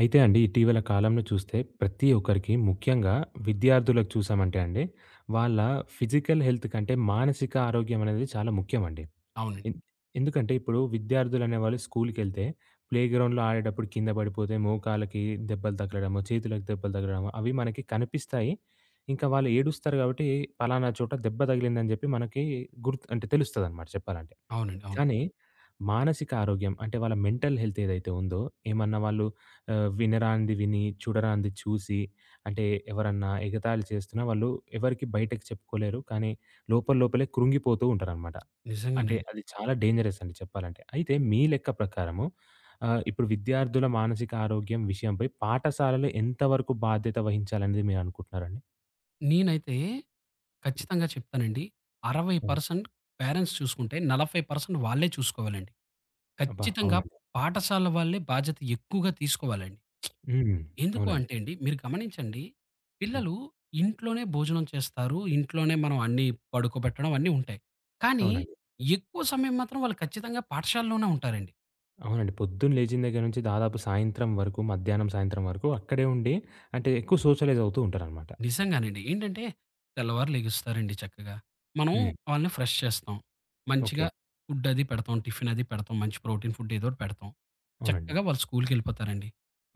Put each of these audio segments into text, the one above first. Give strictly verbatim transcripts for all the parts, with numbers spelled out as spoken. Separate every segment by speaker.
Speaker 1: అయితే అండి ఇటీవల కాలంలో చూస్తే ప్రతి ఒక్కరికి ముఖ్యంగా విద్యార్థులకు చూసామంటే అండి వాళ్ళ ఫిజికల్ హెల్త్ కంటే మానసిక ఆరోగ్యం అనేది చాలా ముఖ్యం అండి.
Speaker 2: అవునండి.
Speaker 1: ఎన్ ఎందుకంటే ఇప్పుడు విద్యార్థులు అనేవాళ్ళు స్కూల్‌కెళ్తే ప్లే గ్రౌండ్‌లో ఆడేటప్పుడు కింద పడిపోతే మోకాళ్ళకి దెబ్బలు తగలడము, చేతులకు దెబ్బలు తగలడము అవి మనకి కనిపిస్తాయి. ఇంకా వాళ్ళు ఏడుస్తారు కాబట్టి పలానా చోట దెబ్బ తగిలిందని చెప్పి మనకి గుర్తు అంటే తెలుస్తదనమాట చెప్పాలంటే.
Speaker 2: అవునండి. అవును.
Speaker 1: కానీ మానసిక ఆరోగ్యం అంటే వాళ్ళ మెంటల్ హెల్త్ ఏదైతే ఉందో, ఏమన్నా వాళ్ళు ఆహ్, వినరానిది విని, చూడరానిది చూసి, అంటే ఎవరన్నా ఎగతాళి చేస్తున్నా వాళ్ళు ఎవరికీ బయటకి చెప్పుకోలేరు. కానీ లోపల లోపలే కృంగిపోతూ ఉంటారనమాట. అంటే
Speaker 2: నిజంగానండి.
Speaker 1: అది చాలా డేంజరస్ అండి చెప్పాలంటే. అయితే మీ లెక్క ప్రకారము ఆహ్, ఇప్పుడు విద్యార్థుల మానసిక ఆరోగ్యం విషయంపై పాఠశాలలు ఎంతవరకు బాధ్యత వహించాలనేది మీరనుకుంటున్నారండి?
Speaker 2: నేనైతే
Speaker 1: హ్మ్.
Speaker 2: ఖచ్చితంగా చెప్తానండి.
Speaker 1: అదే.
Speaker 2: అరవై శాతం పేరెంట్స్ చూసుకుంటే నలభై శాతం వాళ్ళే చూసుకోవాలండి.
Speaker 1: అబ్బా!
Speaker 2: ఖచ్చితంగా
Speaker 1: అవునండి.
Speaker 2: పాఠశాల వాళ్ళే బాధ్యత ఎక్కువగా తీసుకోవాలండి.
Speaker 1: హ్మ్.
Speaker 2: ఎందుకు
Speaker 1: అవునండి.
Speaker 2: అంటే అండి మీరు గమనించండి.
Speaker 1: హ్మ్.
Speaker 2: పిల్లలు ఇంట్లోనే భోజనం చేస్తారు. ఇంట్లోనే మనం అన్నీ పడుకోబెట్టడం అన్నీ ఉంటాయి. కానీ
Speaker 1: అవునండి.
Speaker 2: ఎక్కువ సమయం మాత్రం వాళ్ళు ఖచ్చితంగా పాఠశాలలోనే ఉంటారండి.
Speaker 1: అవునండి. పొద్దున లేచిన దగ్గర నుంచి దాదాపు సాయంత్రం వరకు, మధ్యాహ్నం, సాయంత్రం వరకు అక్కడే ఉండి అంటే ఎక్కువ సోషలైజ్ అవుతూ ఉంటారనమాట.
Speaker 2: నిజంగానండి. ఏంటంటే తెల్లవారు లెగుస్తారండి చక్కగా. మనం
Speaker 1: హ్మ్.
Speaker 2: వాళ్ళని ఫ్రెష్ చేస్తాం.
Speaker 1: ఓకే.
Speaker 2: మంచిగా ఫుడ్ అది పెడతాం. టిఫిన్ అది పెడతాం. మంచి ప్రోటీన్ ఫుడ్ ఏదో ఒకటి పెడతాం.
Speaker 1: అవునండి.
Speaker 2: చక్కగా వాళ్ళు స్కూలుకెళ్ళిపోతారండి.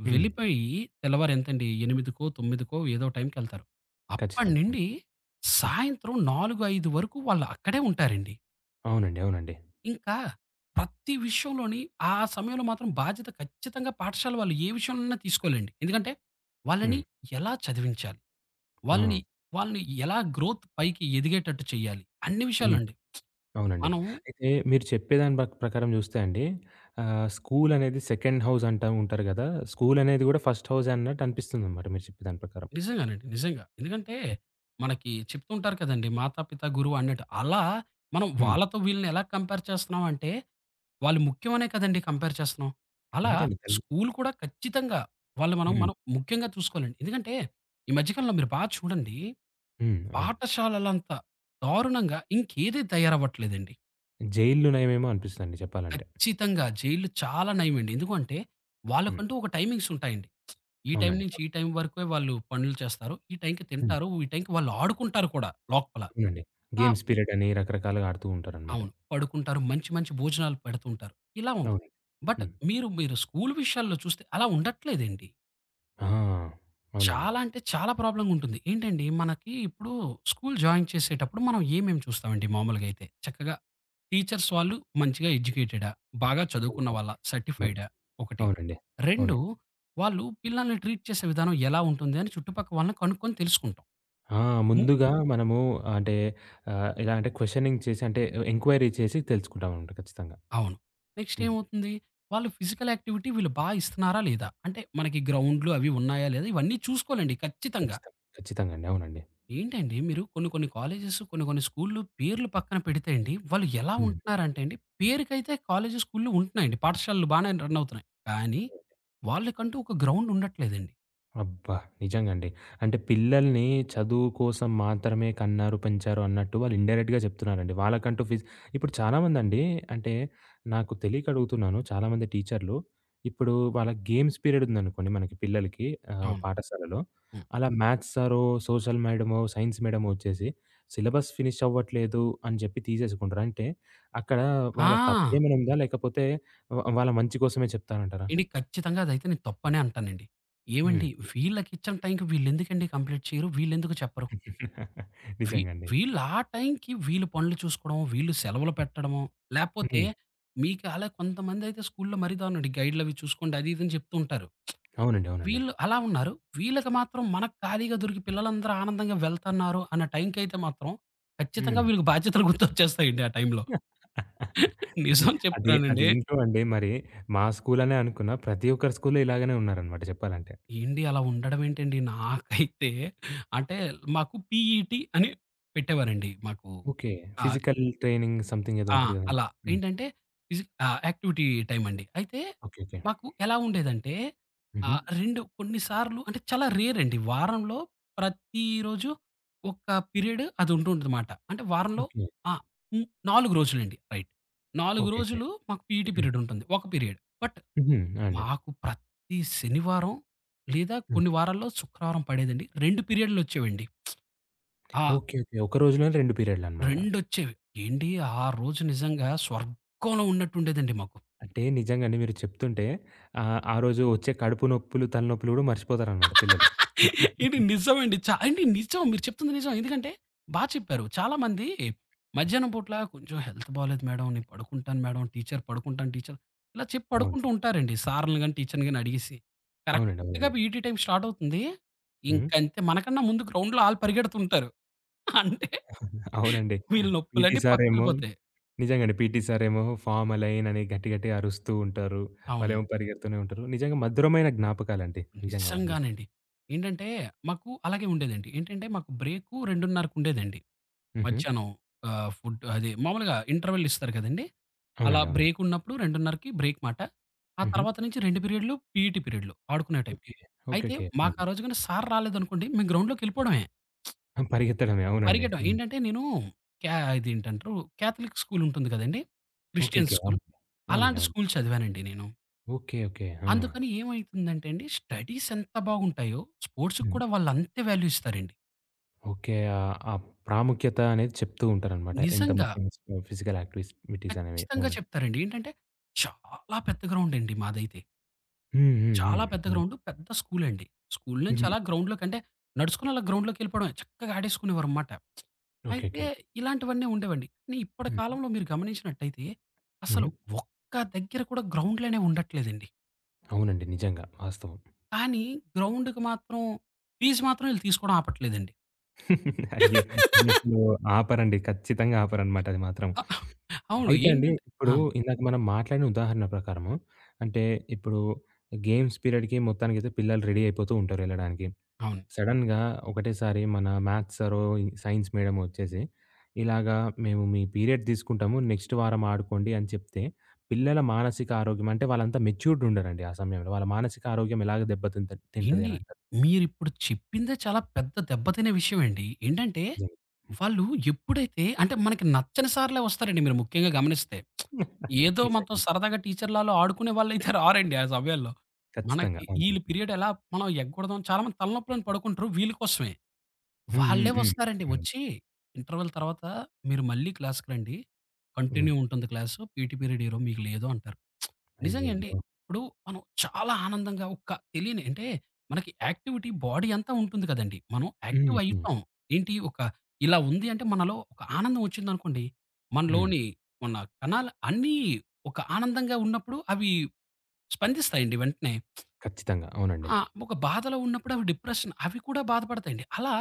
Speaker 1: హ్మ్.
Speaker 2: వెళ్ళిపోయి తెల్లవారు ఎంతండి ఎనిమిదికో, తొమ్మిదికో ఏదో టైంకెళ్తారు. అప్పటి
Speaker 1: ఖచ్చితంగా. అవును.
Speaker 2: నుండి
Speaker 1: హ్మ్.
Speaker 2: సాయంత్రం నాలుగు, ఐదు వరకు వాళ్ళు అక్కడే ఉంటారండి.
Speaker 1: అవునండి. అవునండి.
Speaker 2: ఇంకా ప్రతి విషయంలోని ఆ సమయంలో మాత్రం బాధ్యత ఖచ్చితంగా పాఠశాల వాళ్ళు ఏ విషయంలోనైనా తీసుకోలేండి. ఎందుకంటే వాళ్ళని
Speaker 1: హ్మ్.
Speaker 2: ఎలా చదివించాలి?
Speaker 1: ఆ!
Speaker 2: వాళ్ళని, వాళ్ళని ఎలా గ్రోత్ పైకి ఎదిగేటట్టు చేయాలి. అన్ని
Speaker 1: హ్మ్.
Speaker 2: విషయాలండి.
Speaker 1: అవునండి.
Speaker 2: మనం
Speaker 1: అయితే మీరు చెప్పేదాని బ ప్రకారం చూస్తే అండి ఆహ్, స్కూల్ అనేది సెకండ్ హౌస్ అంటా ఉంటారు గదా! స్కూల్ అనేది గూడా ఫస్ట్ హౌసే అన్నట్టు అనిపిస్తుందనమాట మీరు చెప్పే దాని ప్రకారం.
Speaker 2: నిజంగానండి. నిజంగా. ఎందుకంటే మనకి చెప్తుంటారు కదండీ! మాతాపిత గురువు అన్నట్టు. అలా మనం
Speaker 1: హ్మ్.
Speaker 2: వాళ్ళతో వీళ్ళని ఎలా కంపేర్ చేస్తున్నాం అంటే, వాళ్ళు ముఖ్యమనే కదండీ కంపేర్ చేస్తున్నాం. అలా
Speaker 1: అంతే అండి. తల్
Speaker 2: స్కూల్ కూడా ఖచ్చితంగా వాళ్ళు మనం,
Speaker 1: హ్మ్.
Speaker 2: మనం ముఖ్యంగా చూసుకోవాలండి. ఎందుకంటే ఈ మధ్య కాలంలో మీరు బాగా చూడండి.
Speaker 1: హ్మ్. అవునండి.
Speaker 2: పాఠశాలలంత దారుణంగా ఇంకేది తయారవ్వట్లేదండి.
Speaker 1: జైల్లునేమేమో అనిపిస్తుందండి చెప్పాలంటే.
Speaker 2: ఖచ్చితంగా. జైల్‌లు చాలా నయమండి. ఎందుకంటే,
Speaker 1: హ్మ్.
Speaker 2: వాళ్ళకంటూ ఒక టైమింగ్స్ ఉంటాయండి. ఈ టైం
Speaker 1: అవునండి.
Speaker 2: నుంచి ఈ టైం వరకే వాళ్ళు పనులు చేస్తారు. ఈ టైంకి
Speaker 1: హ్మ్.
Speaker 2: తింటారు. ఈ టైంకి వాళ్ళు ఆడుకుంటారు కూడా లోపల.
Speaker 1: అవునండి.
Speaker 2: ఆ!
Speaker 1: గేమ్స్ పీరియడ్ అని రకరకాలుగా ఆడుతూ ఉంటారనమాట.
Speaker 2: అవును. పడుకుంటారు. మంచి మంచి భోజనాలు పెడుతుంటారు. ఇలా ఉంది.
Speaker 1: అవునండి.
Speaker 2: బట్
Speaker 1: హ్మ్.
Speaker 2: మీరు మీరు స్కూల్ విషయాల్లో చూస్తే అలా ఉండట్లేదండి.
Speaker 1: ఆ! అవునండి.
Speaker 2: చాలా అంటే చాలా ప్రాబ్లమ్‌గా ఉంటుంది. ఏంటండి మనకి ఇప్పుడు స్కూల్ జాయిన్ చేసేటప్పుడు మనం ఏమేమి చూస్తామండి మామూలుగా అయితే? చక్కగా టీచర్స్ వాళ్ళు మంచిగా ఎడ్యుకేటెడా? బాగా చదువుకున్న వాళ్ళా?
Speaker 1: మన్
Speaker 2: సర్టిఫైడా? ఒకటి.
Speaker 1: అవునండి.
Speaker 2: రెండు
Speaker 1: అవునండి.
Speaker 2: వాళ్ళు పిల్లల్ని ట్రీట్ చేసే విధానం ఎలా ఉంటుంది అని చుట్టుపక్క వాళ్ళని కనుక్కొని తెలుసుకుంటాం.
Speaker 1: ఆ!
Speaker 2: ము
Speaker 1: ముందుగా మనము అంటే ఆహ్, ఎలా అంటే క్వెషనింగ్ చేసి అంటే ఎంక్వైరీ చేసి తెలుసుకుంటామనమాట ఖచ్చితంగా.
Speaker 2: అవును. నెక్స్ట్
Speaker 1: హ్మ్.
Speaker 2: ఏమవుతుంది? వాళ్ళు ఫిజికల్ యాక్టివిటీ వీళ్ళు బా ఇస్తున్నారా లేదా? అంటే మనకి గ్రౌండ్‌లు అవి ఉన్నాయా లేదా? ఇవన్నీ చూసుకోవాలండి ఖచ్చితంగా.
Speaker 1: ఖచ్చితంగా. ఖచ్చితంగా అండి. అవునండి.
Speaker 2: ఏంటండి మీరు కొన్ని కొన్ని కాలేజెస్, కొన్ని కొన్ని స్కూల్‌లు పేర్లు పక్కన పెడితే అండి వాళ్ళు ఎలా
Speaker 1: హ్మ్.
Speaker 2: ఉంటున్నారంటే అండి పేరుకైతే కాలేజు, స్కూల్‌లు ఉంటున్నాయండి. పాఠశాలలు బానే రన్ అవుతున్నాయి. కానీ వాళ్ళకంటూ ఒక గ్రౌండ్ ఉండట్లేదండి.
Speaker 1: అబ్బా! నిజంగా అండి. అంటే పిల్లల్ని చదువు కోసం మాత్రమే కన్నారు, పెంచారు అన్నట్టు వాళ్ళు ఇండైరెక్ట్‌గా చెప్తున్నారండి. వాళ్ళకంటూ ఫీజ్ ఇప్పుడు చాలామందండి అంటే నాకు తెలియక అడుగుతున్నాను. చాలామంది టీచర్లు ఇప్పుడు వాళ్ళ గేమ్స్ పీరియడ్ ఉందనుకోండి మనకి పిల్లలకి ఆహ్,
Speaker 2: అవును.
Speaker 1: పాఠశాలలో.
Speaker 2: హ్మ్.
Speaker 1: అలా మ్యాథ్స్ సారో, సోషల్ మేడమో, సైన్స్ మేడమో వచ్చేసి సిలబస్ ఫినిష్ అవ్వట్లేదు అని చెప్పి తీసేసుకుంటారు. అంటే అక్కడ వాళ్ళ
Speaker 2: ఆ!
Speaker 1: తప్పేమైనా ఉందా? లేకపోతే వ వాళ్ళ మంచి కోసమే చెప్తారంటారా?
Speaker 2: ఏండి ఖచ్చితంగా అదైతే నేను తప్పనే అంటానండి.
Speaker 1: హ్మ్.
Speaker 2: ఏవండి వీళ్ళకిచ్చిన టైంకి వీళ్ళెందుకండి కంప్లీట్ చేయరు? వీళ్ళెందుకు చెప్పరు? వీ
Speaker 1: నిజంగా అండి.
Speaker 2: వీళ్ళు ఆ టైంకి వీళ్ళు పనులు చూసుకోవడం, వీళ్ళు సెలవులు పెట్టడమో, లేపోతే
Speaker 1: హ్మ్.
Speaker 2: మీకు అలా కొంతమందైతే స్కూల్లో మరీ దారుణమండి. గైడ్‌లవి చూసుకోండి అది ఇది అని చెప్తూ ఉంటారు.
Speaker 1: అవునండి. అవునండి.
Speaker 2: వీళ్ళు అలా ఉన్నారు. వీళ్ళకి మాత్రం మనకు ఖాళీగా దొరికి పిల్లలందరూ ఆనందంగా వెళ్తన్నారు అన్న టైంకైతే మాత్రం ఖచ్చితంగా
Speaker 1: హ్మ్.
Speaker 2: వీళ్ళకి బాధ్యతలు గుర్తొచ్చేస్తాయండి ఆ టైంలో. నిజం
Speaker 1: అది
Speaker 2: చెప్తున్నానండి.
Speaker 1: అదేంటో అండి మరి మా స్కూలనే అనుకున్నా. ప్రతి ఒక్కరి స్కూల్‌లో ఇలాగనే ఉన్నారనమాట చెప్పాలంటే.
Speaker 2: ఏండి అలా ఉండడం ఏంటండి? నాకైతే అంటే మాకు పీఈటీ అని పెట్టేవారండి మాకు.
Speaker 1: ఓకే.
Speaker 2: ఆహ్,
Speaker 1: ఫిజికల్ ట్రైనింగ్ సంథింగ్ ఏదో
Speaker 2: ఆ!
Speaker 1: ఉంటది గదండీ!
Speaker 2: అలా.
Speaker 1: హ్మ్.
Speaker 2: ఏంటంటే ఫిజి ఆహ్, యాక్టివిటీ టైమ్ అండి. అయితే
Speaker 1: ఓకే. ఓకే.
Speaker 2: మాకు ఎలా ఉండేదంటే
Speaker 1: హుహు.
Speaker 2: ఆహ్, రెండు కొన్ని సార్లు అంటే చాలా రేర్ అండి. వారంలో ప్రతిరోజు ఒక పీరియడ్ అది ఉంటుందన్నమాట. అంటే వారంలో
Speaker 1: ఓకే.
Speaker 2: ఆ! హ్మ్. నాలుగు రోజులండి. రైట్. నాలుగు
Speaker 1: ఓకే. ఓకే.
Speaker 2: రోజులు మాకు పీఈటీ
Speaker 1: హ్మ్.
Speaker 2: పీరియడ్ ఉంటుంది. ఒక పీరియడ్. బట్
Speaker 1: హుహు. ఆ! అండి.
Speaker 2: మాకు ప్రతి శనివారం లేదా
Speaker 1: హ్మ్.
Speaker 2: కొన్ని వారాల్లో శుక్రవారం పడేదండి. రెండు పీరియడ్‌లొచ్చేవండి. ఆ!
Speaker 1: ఓకే. ఓకే. ఒక రోజులోనే రెండు పీరియడ్‌లనమాట.
Speaker 2: రెండొచ్చేవి. ఏండి ఆ రోజు నిజంగా స్వర్గంలో ఉన్నట్టుండేదండి మాకు.
Speaker 1: అంటే నిజంగానే మీరు చెప్తుంటే ఆహ్, ఆ రోజు వచ్చే కడుపు నొప్పులు, తలనొప్పులు గూడా మర్చిపోతారనమాట పిల్లలు.
Speaker 2: ఇది నిజమండి. చ అండి నిజం. మీరు చెప్తుంది నిజం. ఎందుకంటే బా చెప్పారు. చాలామంది మధ్యాహ్నం పూట్ల కొంచెం హెల్త్ బాలేదు మేడం. నేను పడుకుంటాను మేడం. టీచర్ పడుకుంటాను టీచర్ ఇలా చెప్పి
Speaker 1: అవును.
Speaker 2: పడుకుంటూ ఉంటారండి. సార్‌లని గాని, టీచర్‌ని గాని అడిగేసి.
Speaker 1: అవునండి. అవునండి.
Speaker 2: కరెక్ట్‌గా పీటీ టైమ్ స్టార్ట్ అవుతుంది.
Speaker 1: హ్మ్.
Speaker 2: ఇంకంతే మనకన్నా ముందు గ్రౌండ్‌లో ఆళ్ళు పరిగెడుతుంటారు. అంటే
Speaker 1: అవునండి.
Speaker 2: వీళ్ళ
Speaker 1: పీటీ
Speaker 2: నొప్పులన్నీ
Speaker 1: సారేమో
Speaker 2: పక్కకెళ్ళిపోతాయి.
Speaker 1: నిజంగానే పీటీ సారేమో ఫార్మ్ అలైన్ అని గట్టి గట్టిగా అరుస్తూ ఉంటారు. వాళ్ళేమో
Speaker 2: అవునండి.
Speaker 1: పరిగెడుతూనే ఉంటారు. నిజంగా మధురమైన జ్ఞాపకాలండి నిజంగా అవన్నీ.
Speaker 2: నిజంగానండి. ఏంటంటే మాకు అలాగే ఉండేదండి. ఏంటంటే మాకు బ్రేకు 2:30కి ఉండేదండి.
Speaker 1: హుహు.
Speaker 2: మధ్యాహ్నం ఆహ్, ఫుడ్ అది మామూలుగా ఇంటర్వెల్ ఇస్తారు కదండీ! అలా
Speaker 1: అవునండి. అవునండి.
Speaker 2: బ్రేక్ ఉన్నప్పుడు 2:30కి బ్రేక్ మాట. ఆ
Speaker 1: హుహు.
Speaker 2: తర్వాత నుంచి రెండు పీరియడ్‌లు పీఈటీ పీరియడ్‌లు ఆడుకునే టైం.
Speaker 1: ఓకే. ఓకే.
Speaker 2: అయితే
Speaker 1: ఓకే.
Speaker 2: మాకు
Speaker 1: అండి.
Speaker 2: ఆ రోజు గాని సార్ రాలేదనుకోండి మేము గ్రౌండ్‌లోకెళ్ళిపోవడమే.
Speaker 1: ఆ! పరిగెత్తడమే అవునండి.
Speaker 2: పరిగెట్టం.
Speaker 1: హ్మ్.
Speaker 2: ఏంటంటే నేను క్యా ఇదేంటంటారు? క్యాథలిక్ స్కూల్ ఉంటుంది కదండీ!
Speaker 1: ఓకే.
Speaker 2: Christian
Speaker 1: okay.
Speaker 2: స్కూల్.
Speaker 1: అవునండి. అవునండి.
Speaker 2: అలాంటి
Speaker 1: అవును.
Speaker 2: స్కూల్ చదివానండి నేను.
Speaker 1: ఓకే. ఓకే. ఆ!
Speaker 2: అందుకని ఏమైతుందంటే అండి, స్టడీస్ ఎంత బాగుంటాయో, స్పోర్ట్స్‌కి
Speaker 1: హ్మ్.
Speaker 2: కూడా వాళ్ళు అంతే వాల్యూ ఇస్తారండి.
Speaker 1: ఓకే. ఆహ్, ఆ ప్రాముఖ్యత అనేది చెప్తూ ఉంటారనమాట. ఎంత
Speaker 2: నిజంగా
Speaker 1: ముఖ్యమైన ఫిజికల్ యాక్టివిటీస్ అనేవి.
Speaker 2: ఖచ్చితంగా
Speaker 1: అవునండి.
Speaker 2: చెప్తారండి. ఏంటంటే, చాలా పెద్ద గ్రౌండ్ అండి మాదైతే.
Speaker 1: హ్మ్. హ్మ్. హ్మ్.
Speaker 2: చాలా పెద్ద
Speaker 1: హ్మ్.
Speaker 2: గ్రౌండ్, పెద్ద స్కూల్ అండి. స్కూల్ నుంచి
Speaker 1: హ్మ్.
Speaker 2: అలా గ్రౌండ్‌లోకి అంటే, నడుచుకొని అలా గ్రౌండ్‌లోకెళ్ళిపోవడమే. చక్కగా ఆడేసుకునేవారనమాట.
Speaker 1: ఓకే.
Speaker 2: అయితే
Speaker 1: ఓకే.
Speaker 2: ఇలాంటివన్నీ ఉండేవండి. కానీ ఇప్పటి
Speaker 1: హ్మ్.
Speaker 2: కాలంలో మీరు గమనించినట్టయితే,
Speaker 1: హ్మ్.
Speaker 2: అసలు ఒక్క దగ్గర కూడా గ్రౌండ్‌లనేవి ఉండట్లేదండి.
Speaker 1: అవునండి. నిజంగా వాస్తవం.
Speaker 2: కానీ గ్రౌండ్‌కి మాత్రం ఫీజు మాత్రం ఈళ్ళు తీసుకోవడం ఆపట్లేదండి.
Speaker 1: అయ్యో! అసలు ఆపరండి. ఖచ్చితంగా ఆపరనమాట అది మాత్రం.
Speaker 2: అ! అవును.
Speaker 1: అయితే అండి,
Speaker 2: ఏంటంటే
Speaker 1: ఇప్పుడు
Speaker 2: ఆ!
Speaker 1: ఇందాక మనం మాట్లాడిన ఉదాహరణ ప్రకారము అంటే ఇప్పుడు గేమ్స్ పీరియడ్‌కి మొత్తానికైతే పిల్లలు రెడీ అయిపోతూ ఉంటారు ఎళ్ళడానికి.
Speaker 2: అవును.
Speaker 1: సడెన్‌గా ఒకటేసారి మన మ్యాథ్స్ సారో, సైన్స్ మేడమో వచ్చేసి, "ఇలాగా మేము మీ పీరియడ్ తీసుకుంటాము. నెక్స్ట్ వారం ఆడుకోండి" అని చెప్తే పిల్లల మానసిక ఆరోగ్యం అంటే వాళ్ళంతా మెచ్యూర్డ్ ఉండరండి ఆ సమయంలో. వాళ్ళ మానసిక ఆరోగ్యం ఎలాగ దెబ్బతింత తింటది అని
Speaker 2: ఏండి
Speaker 1: అంటారు.
Speaker 2: మీరిప్పుడు చెప్పిందే చాలా పెద్ద దెబ్బతినే విషయమండి. ఏంటంటే,
Speaker 1: నిజంగా.
Speaker 2: వాళ్ళు ఎప్పుడైతే అంటే మనకి నచ్చని సార్లే వస్తారండి మీరు ముఖ్యంగా గమనిస్తే. ఏదో మనతో
Speaker 1: నిజంగా.
Speaker 2: సరదాగా టీచర్‌లాలో ఆడుకునే వాళ్ళైతే రారండి ఆ సమయాల్లో.
Speaker 1: ఖచ్చితంగా.
Speaker 2: మనకి
Speaker 1: అవునండి.
Speaker 2: ఈళ్ళు పీరియడ్ ఎలా మనం ఎగ్గొడదాం చాలా మంది తలనొప్పులని పడుకుంటారు వీళ్ళ కోసమే.
Speaker 1: హ్మ్. హ్మ్.
Speaker 2: వాళ్ళే
Speaker 1: హ్మ్.
Speaker 2: వస్తారండి.
Speaker 1: హ్మ్.
Speaker 2: వచ్చి ఇంటర్వెల్ తర్వాత మీరు మళ్ళీ క్లాస్‌కి రండి.
Speaker 1: హ్మ్.
Speaker 2: కంటిన్యూ ఉంటుంది క్లాసు. పీటీ పీరియడ్ ఈరోజు మీకు లేదు అంటారు. నిజంగా అండి.
Speaker 1: అయ్యయ్యో!
Speaker 2: ఇప్పుడు మనం చాలా ఆనందంగా ఒక్క తెలియని అంటే మనకి యాక్టివిటీ బాడీ అంతా ఉంటుంది కదండీ! మనం
Speaker 1: హ్మ్.
Speaker 2: యాక్టివ్
Speaker 1: హ్మ్.
Speaker 2: అయితాం. ఏంటి ఒక ఇలా ఉంది అంటే మనలో ఒక ఆనందం వచ్చిందనుకోండి,
Speaker 1: హ్మ్.
Speaker 2: మనలోని మన కణాలు అన్నీ ఒక ఆనందంగా ఉన్నప్పుడు అవి స్పందిస్తాయండి వెంటనే.
Speaker 1: ఖచ్చితంగా. అవునండి.
Speaker 2: ఆ! ఒక బాధలో ఉన్నప్పుడు అవి డిప్రెషన్ అవి కూడా బాధపడతాయండి. అలా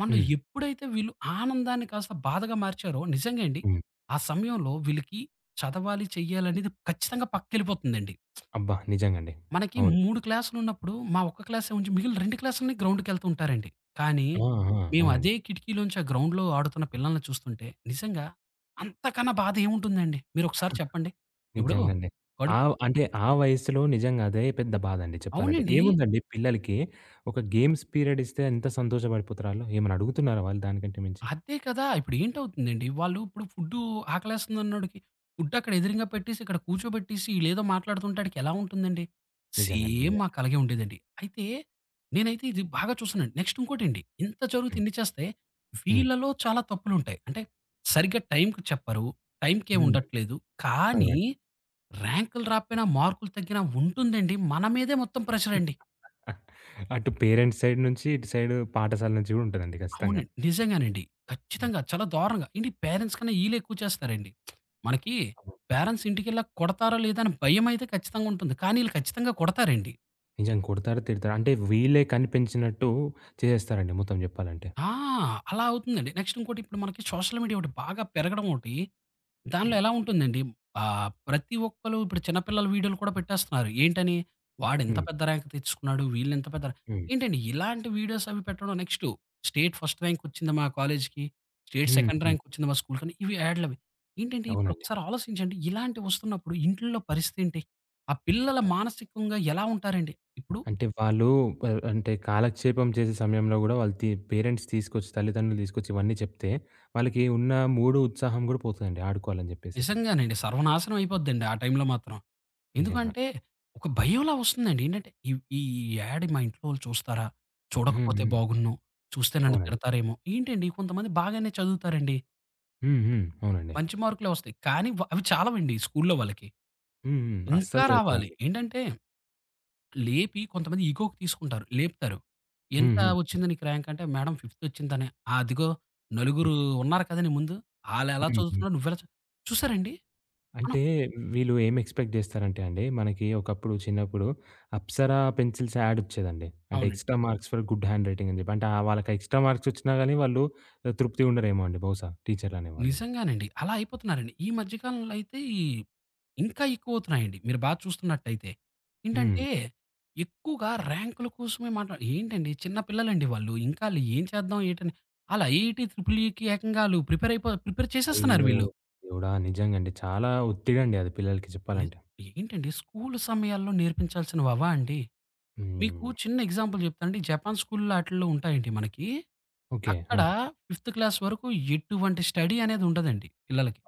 Speaker 2: మనలో
Speaker 1: హ్మ్.
Speaker 2: ఎప్పుడైతే వీళ్ళు ఆనందాన్ని కాస్త బాధగా మార్చారో నిజంగా అండి,
Speaker 1: హ్మ్.
Speaker 2: ఆ సమయంలో వీళ్ళకి చదవాలి, చెయ్యాలనేది ఖచ్చితంగా పక్కకెళ్ళిపోతుందండి.
Speaker 1: అబ్బా! నిజంగండి.
Speaker 2: మనకి
Speaker 1: అవును.
Speaker 2: మూడు క్లాసులున్నప్పుడు మా ఒక్క క్లాసే ఉంచి మిగిలిన రెండు క్లాసులని గ్రౌండ్‌కెళ్తూ ఉంటారండి. కానీ
Speaker 1: ఆ! ఆ!
Speaker 2: మేము
Speaker 1: అవునండి.
Speaker 2: అదే కిటికీలోంచి ఆ గ్రౌండ్‌లో ఆడుతున్న పిల్లల్ని చూస్తుంటే నిజంగా అంతకన్నా బాధ ఏముంటుందండి? మీరొకసారి చెప్పండి. ఇప్పుడు
Speaker 1: నిజంగండి. ఆ!
Speaker 2: కడుపు
Speaker 1: అంటే ఆ వయసులో నిజంగా అదే పెద్ద బాధండి చెప్పాలంటే.
Speaker 2: అవునండి.
Speaker 1: ఏముందండి పిల్లలకి ఒక గేమ్స్ పీరియడ్ ఇస్తే ఎంత సంతోషపడిపోతారు ఆళ్ళు. ఏమన్నా అడుగుతున్నారా వాళ్ళు దానికంటే మించి?
Speaker 2: అదే కదా! ఇప్పుడేంటవుతుందండి, వాళ్ళు ఇప్పుడు ఫుడ్డు ఆకలేస్తుందన్నోడికి ఫుడ్ అక్కడ ఎదురుంగా పెట్టేసి, ఇక్కడ కూర్చోబెట్టేసి ఈళ్ళేదో మాట్లాడుతుంటే ఆడికెలా ఉంటుందండి?
Speaker 1: నిజంగండి.
Speaker 2: సేమ్
Speaker 1: నిజంగా.
Speaker 2: మాకలాగే ఉండేదండి. అయితే నేనైతే ఇది బాగా చూసానండి. నెక్స్ట్ ఇంకోటండి, ఇంత జరుగుతూ
Speaker 1: హ్మ్.
Speaker 2: ఇన్ని చేస్తే
Speaker 1: హ్మ్.
Speaker 2: వీళ్ళలో చాలా తప్పులుంటాయి. అంటే సరిగ్గా టైంకి చెప్పరు, టైంకేం
Speaker 1: హ్మ్.
Speaker 2: ఉండట్లేదు. కానీ
Speaker 1: అవునండి.
Speaker 2: ర్యాంకులు రాకపోయినా, మార్కులు తగ్గినా ఉంటుందండి. మన మీదే మొత్తం ప్రెషరండి.
Speaker 1: అటు పేరెంట్స్ సైడ్ నుంచి, ఇటు సైడ్ పాఠశాల నుంచి గూడా ఉంటదండి ఖచ్చితంగా.
Speaker 2: అవునండి. నిజంగానండి. ఖచ్చితంగా. చాలా దారుణంగా. ఏంటి పేరెంట్స్ కన్నా ఈళ్ళెక్కువ చేస్తారండి. మనకి
Speaker 1: హ్మ్.
Speaker 2: పేరెంట్స్ ఇంటికెళ్ళాక కొడతారో లేదా అని భయమైతే ఖచ్చితంగా ఉంటుంది. కానీ ఈళ్ళు ఖచ్చితంగా కొడతారండి.
Speaker 1: నిజంగా కొడతారు, తిడతారు. అంటే వీళ్ళే కనిపెంచినట్టు చేసేస్తారండి మొత్తం జెప్పాలంటే.
Speaker 2: ఆ! అలా అవుతుందండి. నెక్స్ట్ ఇంకోటి ఇప్పుడు మనకి సోషల్ మీడియా ఒకటి బాగా పెరగడం ఒకటి, దానిలో
Speaker 1: హ్మ్.
Speaker 2: ఎలా ఉంటుందండి ఆహ్, ప్రతి ఒక్కళ్ళు ఇప్పుడు చిన్న పిల్లల వీడియోలు కూడా పెట్టేస్తున్నారు. ఏంటని వాడింత
Speaker 1: హ్మ్.
Speaker 2: పెద్ద ర్యాంక్ తెచ్చుకున్నాడు, వీళ్ళింత పెద్ద ర్యాంక్
Speaker 1: హ్మ్.
Speaker 2: ఏంటండి ఇలాంటి వీడియోస్ అవి పెట్టడం నెక్స్ట్ స్టేట్ ఫస్ట్ ర్యాంక్ వచ్చింది మా కాలేజ్‌కి, స్టేట్
Speaker 1: హ్మ్.
Speaker 2: సెకండ్
Speaker 1: హ్మ్.
Speaker 2: ర్యాంక్ వచ్చింది మా స్కూల్‌కని ఇవి యాడ్‌లవి. ఏంటంటే ఇప్పుడు
Speaker 1: అవునండి.
Speaker 2: ఒకసారి ఆలోచించండి ఇలాంటివి వస్తున్నప్పుడు ఇంట్లో పరిస్థితి ఏంటి? ఆ పిల్లల మానసికంగా ఎలా ఉంటారండి? ఇప్పుడు
Speaker 1: అంటే వాళ్ళు ఆహ్, అంటే కాలక్షేపం చేసే సమయంలో గూడా వాళ్ళు తి పేరెంట్స్ తీసుకొచ్చి, తల్లిదండ్రులు తీసుకొచ్చి ఇవన్నీ చెప్తే, వాళ్ళకి ఉన్న మూడు, ఉత్సాహం గూడా పోతదండి ఆడుకోవాలని జెప్పేసి.
Speaker 2: నిజంగానండి సర్వనాశనం అయిపోద్దండి ఆ టైంలో మాత్రం.
Speaker 1: నిజంగా.
Speaker 2: ఎందుకంటే, ఒక భయంలా వస్తుందండి. ఏంటంటే, ఈ ఈ యాడ్ మా ఇంట్లో వాళ్ళు చూస్తారా?
Speaker 1: హ్మ్.
Speaker 2: చూడకపోతే
Speaker 1: హ్మ్.
Speaker 2: బాగున్ను. చూస్తే నన్ను
Speaker 1: అవునండి.
Speaker 2: తిడతారేమో! ఏంటండి కొంతమంది బాగానే చదువుతారండి.
Speaker 1: హ్మ్. హ్మ్. అవునండి.
Speaker 2: మంచి మార్కులే వస్తాయి. కానీ వ అవి చాలవండి స్కూల్లో వాళ్ళకి.
Speaker 1: హ్మ్. హ్మ్.
Speaker 2: ఇంకా
Speaker 1: అస్సలు
Speaker 2: రావాలి.
Speaker 1: సరిపోవండి.
Speaker 2: ఏంటంటే, లేపి కొంతమంది ఇగోకి తీసుకుంటారు. లేపుతారు.
Speaker 1: హ్మ్.
Speaker 2: "ఎంత
Speaker 1: హ్మ్.
Speaker 2: వచ్చింది నీకు ర్యాంక్" అంటే, "మేడం ఫిఫ్త్ వచ్చిందనే" "ఆ! అదిగో
Speaker 1: హ్మ్.
Speaker 2: నలుగురు ఉన్నారు కదా! నీ ముందు. ఆళ్ళెలా
Speaker 1: హ్మ్. హ్మ్.
Speaker 2: చదువుతున్నారో నువ్వెలా చదువు" చూసారండి? మనం
Speaker 1: అంటే వీళ్ళు ఏం ఎక్స్‌పెక్ట్ జేస్తారంటే అండి, మనకి ఒకప్పుడు చిన్నప్పుడు అప్సరా పెన్సిల్స్ యాడ్ ఒచ్చేదండి. అంటే
Speaker 2: అవునండి.
Speaker 1: Extra marks for good hand writing జెప్పి. అంటే ఆహ్, వాళ్ళకి ఎక్స్‌ట్రా మార్క్స్ ఒచ్చినా గాని వాళ్ళు తృప్తిగా ఉండరేమో అండి బహుశా టీచర్‌లనేవాళ్ళు.
Speaker 2: నిజంగానండి. అలా అయిపోతున్నారండి. ఈ మధ్య కాలంలో అయితే ఈ ఇంకా ఎక్కువవుతున్నాయండి. మీరు బాగా చూస్తున్నట్టయితే.
Speaker 1: హ్మ్.
Speaker 2: ఏంటంటే ఎక్కువగా ర్యాంకుల కోసమే మాట్లా ఏంటండి చిన్న పిల్లలండి వాళ్ళు. ఇంకా ఆళ్ళు ఏం చేద్దాం ఏటని ఆళ్ళు ఐఐటీ, ట్రిపుల్ ఈకి ఏకంగా ఆళ్ళు ప్రిపేర్ అయిపో ప్రిపేర్ చేసేస్తున్నారు
Speaker 1: అయ్యో!
Speaker 2: వీళ్ళు.
Speaker 1: దేవుడా! నిజంగా అండి. చాలా ఒత్తిడండి అది పిల్లలకి
Speaker 2: ని
Speaker 1: చెప్పాలంటే.
Speaker 2: ఏంటండి స్కూలు సమయాల్లో నేర్పించాల్సినవవా అండి? మీకు
Speaker 1: హ్మ్.
Speaker 2: చిన్న ఎగ్జాంపుల్ చెప్తానండి. జపాన్ స్కూల్‌లో ఆటిల్లో ఉంటాయండి మనకి.
Speaker 1: ఓకే.
Speaker 2: అక్కడ
Speaker 1: ఆ!
Speaker 2: ఫిఫ్త్ క్లాస్ వరకు ఎటువంటి స్టడీ అనేది ఉండదండి పిల్లలకి.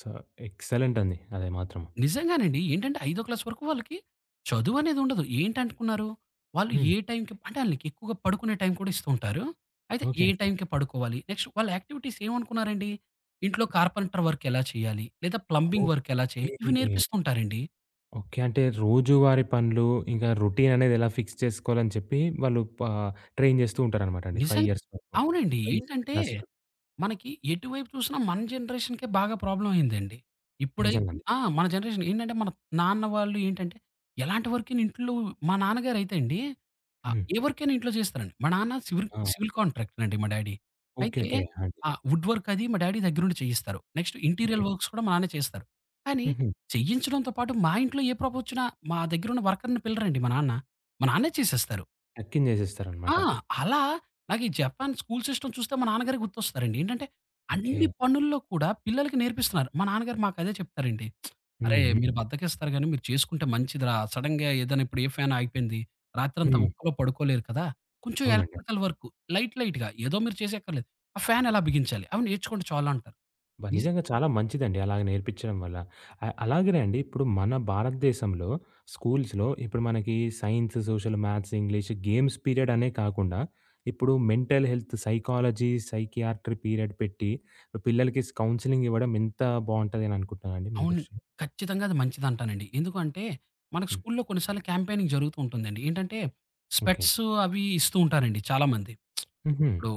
Speaker 1: సో, ఎక్సలెంట్ అండి. అది మాత్రం.
Speaker 2: నిజంగానండి. ఏంటంటే, ఐదో క్లాస్ వరకు వాళ్ళకి చదువనేది ఉండదు. ఏంటనుకున్నారు, వాళ్ళు
Speaker 1: హ్మ్.
Speaker 2: ఏ టైంకి అంటే ఆళ్ళకి ఎక్కువగా పడుకునే టైం కూడా ఇస్తూ ఉంటారు. అయితే ఏ
Speaker 1: ఓకే.
Speaker 2: టైంకి పడుకోవాలి, నెక్స్ట్ వాళ్ళ యాక్టివిటీస్ ఏమనుకున్నారండి, ఇంట్లో కార్పెంటర్ వర్క్ ఎలా చేయాలి, లేదా ప్లంబింగ్ వర్క్ ఎలా
Speaker 1: ఓకే.
Speaker 2: చేయాలి, ఇవి
Speaker 1: ఓకే.
Speaker 2: నేర్పిస్తూ ఉంటారండి.
Speaker 1: ఓకే. అంటే రోజువారీ పనులు, ఇంకా రొటీన్ అనేది ఎలా ఫిక్స్ చేసుకోవాలని చెప్పి వాళ్ళు ప ట్రైన్ చేస్తూ ఉంటారనమాట అండి. ఐదు
Speaker 2: నిజంగా
Speaker 1: ఇయర్స్ వరకు.
Speaker 2: అవునండి.
Speaker 1: ఐదో
Speaker 2: ఏంటంటే
Speaker 1: క్లాస్ వరకు.
Speaker 2: మనకి ఎటువైపు చూసినా మన జనరేషన్‌కే బాగా ప్రాబ్లమ్ అయిందండి. ఇప్పుడైతే
Speaker 1: నిజంగండి.
Speaker 2: ఆ! మన జనరేషన్ ఏంటంటే, మన నాన్న వాళ్ళు ఏంటంటే, ఎలాంటి వర్కైనా ఇంట్లో మా నాన్నగారైతే అండి, ఆహ్,
Speaker 1: హ్మ్.
Speaker 2: ఏ వర్కైనా ఇంట్లో చేస్తారండి. మా నాన్న సివిల్
Speaker 1: ఆ!
Speaker 2: సివిల్ కాంట్రాక్టర్ అండి మా డ్యాడీ.
Speaker 1: ఓకే.
Speaker 2: అయితే
Speaker 1: ఓకే. అండి.
Speaker 2: ఆ! వుడ్ వర్క్ అది మా డ్యాడీ దగ్గరుండి చేయిస్తారు. Next
Speaker 1: okay.
Speaker 2: ఇంటీరియర్ వర్క్స్ కూడా మా నాన్నే చేస్తారు. కానీ
Speaker 1: హుహు.
Speaker 2: చేయించడంతో పాటు మా ఇంట్లో ఏ ప్రాబ్లమ్ వచ్చినా మా దగ్గరున్న వర్కర్‌ని పిలరండి మా నాన్న. మా నాన్నే చేసేస్తారు.
Speaker 1: Tuck in చేసేస్తారనమాట.
Speaker 2: ఆ! అలా నాకు ఈ జపాన్ స్కూల్ సిస్టమ్ చూస్తే మా నాన్నగారే గుర్తొస్తారండి. ఏంటంటే,
Speaker 1: ఓకే.
Speaker 2: అన్ని పనుల్లో కూడా పిల్లలకి నేర్పిస్తున్నారు. మా నాన్నగారు మాకదే చెప్తారండి.
Speaker 1: హ్మ్.
Speaker 2: "అరేయ్!
Speaker 1: హ్మ్.
Speaker 2: మీరు బద్ధకిస్తారు గానీ మీరు చేసుకుంటే మంచిదిరా. సడెన్‌గా ఏదైనా ఇప్పుడు ఏ ఫ్యాన్ ఆగిపోయింది. రాత్రంతా
Speaker 1: హ్మ్.
Speaker 2: ఒక్కలో పడుకోలేరు కదా! కొంచెం
Speaker 1: అవునండి.
Speaker 2: ఎలక్ట్రికల్ వర్కు లైట్ లైట్‌గా ఏదో మీరు చేసేయక్కర్లేదు. ఆ ఫ్యాన్ ఎలా బిగించాలి అవి నేర్చుకోండి చాలు" అంటారు.
Speaker 1: అబ్బా!
Speaker 2: నిజ
Speaker 1: నిజంగా చాలా మంచిదండి అలాగ నేర్పించడం వల్ల. ఆహ్, అలాగనే అండి ఇప్పుడు మన భారతదేశంలో స్కూల్స్‌లో ఇప్పుడు మనకి science, social, maths, English games period అనే కాకుండా ఇప్పుడు mental health, psychology, psychiatry period పెట్టి పిల్లలకి కౌన్సెలింగ్ ఇవ్వడం ఎంత బావుంటదని అనుకుంటున్నారండి మీ
Speaker 2: అవును.
Speaker 1: దృష్టిలో?
Speaker 2: ఖచ్చితంగా అది మంచిదంటానండి. ఎందుకంటే, మనకు
Speaker 1: హ్మ్.
Speaker 2: స్కూల్‌లో కొన్ని సార్లు క్యాంపెయినింగ్ జరుగుతూ ఉంటుందండి. ఏంటంటే,
Speaker 1: ఓకే.
Speaker 2: స్పెట్స్ అవి ఇస్తూ ఉంటారండి చాలామంది.
Speaker 1: హుహు.
Speaker 2: ఇప్పుడు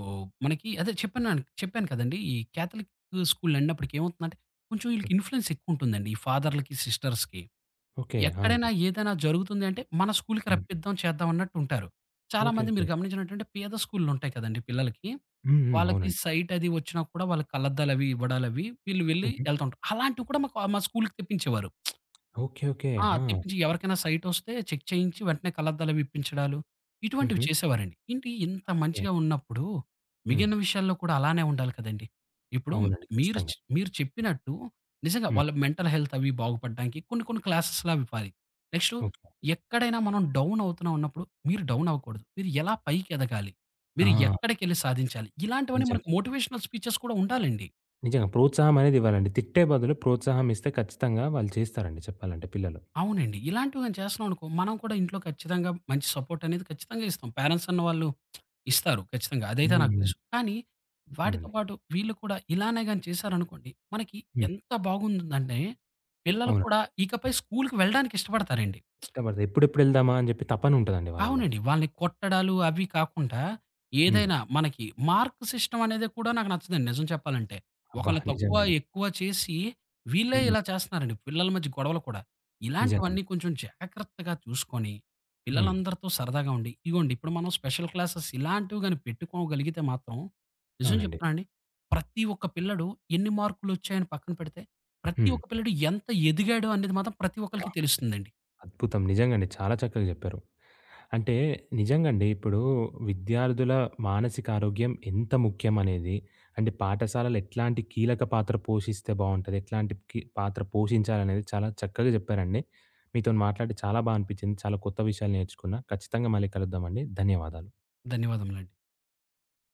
Speaker 2: మనకి అదే చెప్పన్నాను చెప్పాను కదండీ! ఈ కాథలిక్ స్కూల్ అన్నప్పటికి ఏమవుతుందంటే, కొంచెం వీళ్ళకి
Speaker 1: ఓకే.
Speaker 2: ఇన్‌ఫ్లూయెన్స్ ఎక్కువుంటుందండి. ఈ ఫాదర్‌లకి, సిస్టర్స్‌కి.
Speaker 1: ఓకే. ఆ! అండి.
Speaker 2: ఎక్కడైనా ఏదైనా జరుగుతుంది అంటే, మన స్కూల్‌కి
Speaker 1: హ్మ్.
Speaker 2: రప్పిద్దాం, చేద్దాం అన్నట్టుంటారు.
Speaker 1: ఓకే.
Speaker 2: చాలామంది
Speaker 1: ఓకే.
Speaker 2: మీరు గమనించినట్టంటే పేద స్కూల్‌లుంటాయి కదండీ పిల్లలకి.
Speaker 1: హ్మ్. హ్మ్.
Speaker 2: వాళ్ళకి
Speaker 1: అవునండి.
Speaker 2: సైట్ అది వచ్చినా కూడా వాళ్ళకి కళ్ళద్దాలవి ఇవ్వడాలవి వీళ్ళు వెళ్లి
Speaker 1: హుహు.
Speaker 2: ఎళ్తుంటారు. అలాంటివి కూడా మాకు మా స్కూల్‌కి తెప్పించేవారు.
Speaker 1: ఓకే. ఓకే.
Speaker 2: ఆ!
Speaker 1: ఆ!
Speaker 2: తెప్పించి ఎవరికైనా సైటొస్తే చెక్ చేయించి వెంటనే కళ్ళద్దాలవి ఇప్పించడాలు, ఇటువంటివి
Speaker 1: హుహు.
Speaker 2: చేసేవారండి. ఏంటి ఇంత
Speaker 1: ఓకే.
Speaker 2: మంచిగా ఉన్నప్పుడు,
Speaker 1: హ్మ్.
Speaker 2: మిగిలిన విషయాల్లో కూడా అలానే ఉండాలి కదండీ! ఇప్పుడు
Speaker 1: అవునండి.
Speaker 2: మీరు చ్
Speaker 1: ఖచ్చితంగా.
Speaker 2: మీరు చెప్పినట్టు నిజంగా
Speaker 1: హ్మ్.
Speaker 2: వాళ్ళ మెంటల్ హెల్త్ అవి బాగుపడడానికి కొన్ని కొన్ని క్లాసెస్‌లవి పాలి. Next
Speaker 1: okay.
Speaker 2: ఎక్కడైనా మనం డౌన్ అవుతున్నా ఉన్నప్పుడు మీరు డౌన్ అవ్వకూడదు. మీరు ఎలా పైకెదగాలి?
Speaker 1: ఆ!
Speaker 2: మీరు ఎక్కడికెళ్లి సాధించాలి? ఇలాంటివన్నీ మనకు
Speaker 1: నిజంగా.
Speaker 2: మోటివేషనల్ స్పీచెస్ కూడా ఉండాలండి.
Speaker 1: నిజంగా. ప్రోత్సాహం అనేది ఇవ్వాలండి. తిట్టే బదులు ప్రోత్సాహం ఇస్తే ఖచ్చితంగా వాళ్ళు చేస్తారండి చెప్పాలంటే పిల్లలు.
Speaker 2: అవునండి. ఇలాంటివి గాని చేస్తున్నామనుకో, మనం కూడా ఇంట్లో ఖచ్చితంగా మంచి సపోర్ట్ అనేది ఖచ్చితంగా ఇస్తాం. పేరెంట్స్ అన్న వాళ్ళు ఇస్తారు ఖచ్చితంగా. అదైతే
Speaker 1: హ్మ్.
Speaker 2: నాకు
Speaker 1: హ్మ్.
Speaker 2: తెలుసు. కానీ వాటితో
Speaker 1: అవునండి.
Speaker 2: పాటు వీళ్ళు కూడా ఇలానే గాని చేశారనుకోండి, మనకి
Speaker 1: హ్మ్.
Speaker 2: ఎంత బాగుందంటే పిల్లలు
Speaker 1: అవునండి.
Speaker 2: కూడా ఇకపై స్కూలుకి వెళ్ళడానికి ఇష్టపడతారండి.
Speaker 1: ఇష్టపడతారు. ఎప్పుడెప్పుడు ఎళ్దామా అని చెప్పి తపన ఉంటదండి వాళ్ళలో.
Speaker 2: అవునండి. వాళ్ళని కొట్టడాలు అవి కాకుండా,
Speaker 1: హ్మ్.
Speaker 2: ఏదైనా మనకి మార్క్ సిస్టమ్ అనేది కూడా నాకు నచ్చదండి నిజం చెప్పాలంటే.
Speaker 1: అబ్బా!
Speaker 2: ఒకళ్ళు తక్కువ,
Speaker 1: నిజంగండి.
Speaker 2: ఎక్కువ చేసి వీళ్ళే
Speaker 1: హ్మ్.
Speaker 2: ఇలా చేస్తున్నారండి. పిల్లల మధ్య గొడవలు కూడా.
Speaker 1: నిజంగండి.
Speaker 2: ఇలాంటివన్నీ కొంచెం జాగ్రత్తగా చూసుకొని,
Speaker 1: హ్మ్.
Speaker 2: పిల్లలందరితో సరదాగా ఉండి, ఇగోండి ఇప్పుడు మనం స్పెషల్ క్లాసెస్ ఇలాంటివి గాని పెట్టుకోగలిగితే మాత్రం, నిజం
Speaker 1: అవునండి.
Speaker 2: చెప్తున్నానండి ప్రతి ఒక్క పిల్లడు ఎన్ని మార్కులొచ్చాయని పక్కన పెడితే, ప్రతి
Speaker 1: హ్మ్.
Speaker 2: ఒక్క పిల్లడు ఎంత ఎదిగాడు అనేది మాత్రం ప్రతి
Speaker 1: అబ్బా!
Speaker 2: ఒక్కళ్ళకి తెలుస్తుందండి.
Speaker 1: అద్భుతం. నిజంగండి. చాలా చక్కగా జెప్పారు. అంటే నిజంగండి. ఇప్పుడు విద్యార్థుల మానసిక ఆరోగ్యం ఎంత ముఖ్యమనేది, అంటే పాఠశాలలు ఎట్లాంటి కీలక పాత్ర పోషిస్తే బావుంటది? ఎట్లాంటి కి పాత్ర పోషించాలనేది చాలా చక్కగా చెప్పారండి. మీతోని మాట్లాడి చాలా బా అనిపించింది. చాలా కొత్త విషయాలు నేర్చుకున్నా. ఖచ్చితంగా మళ్ళీ కలుద్దామండి. ధన్యవాదాలు.
Speaker 2: ధన్యవాదములండి.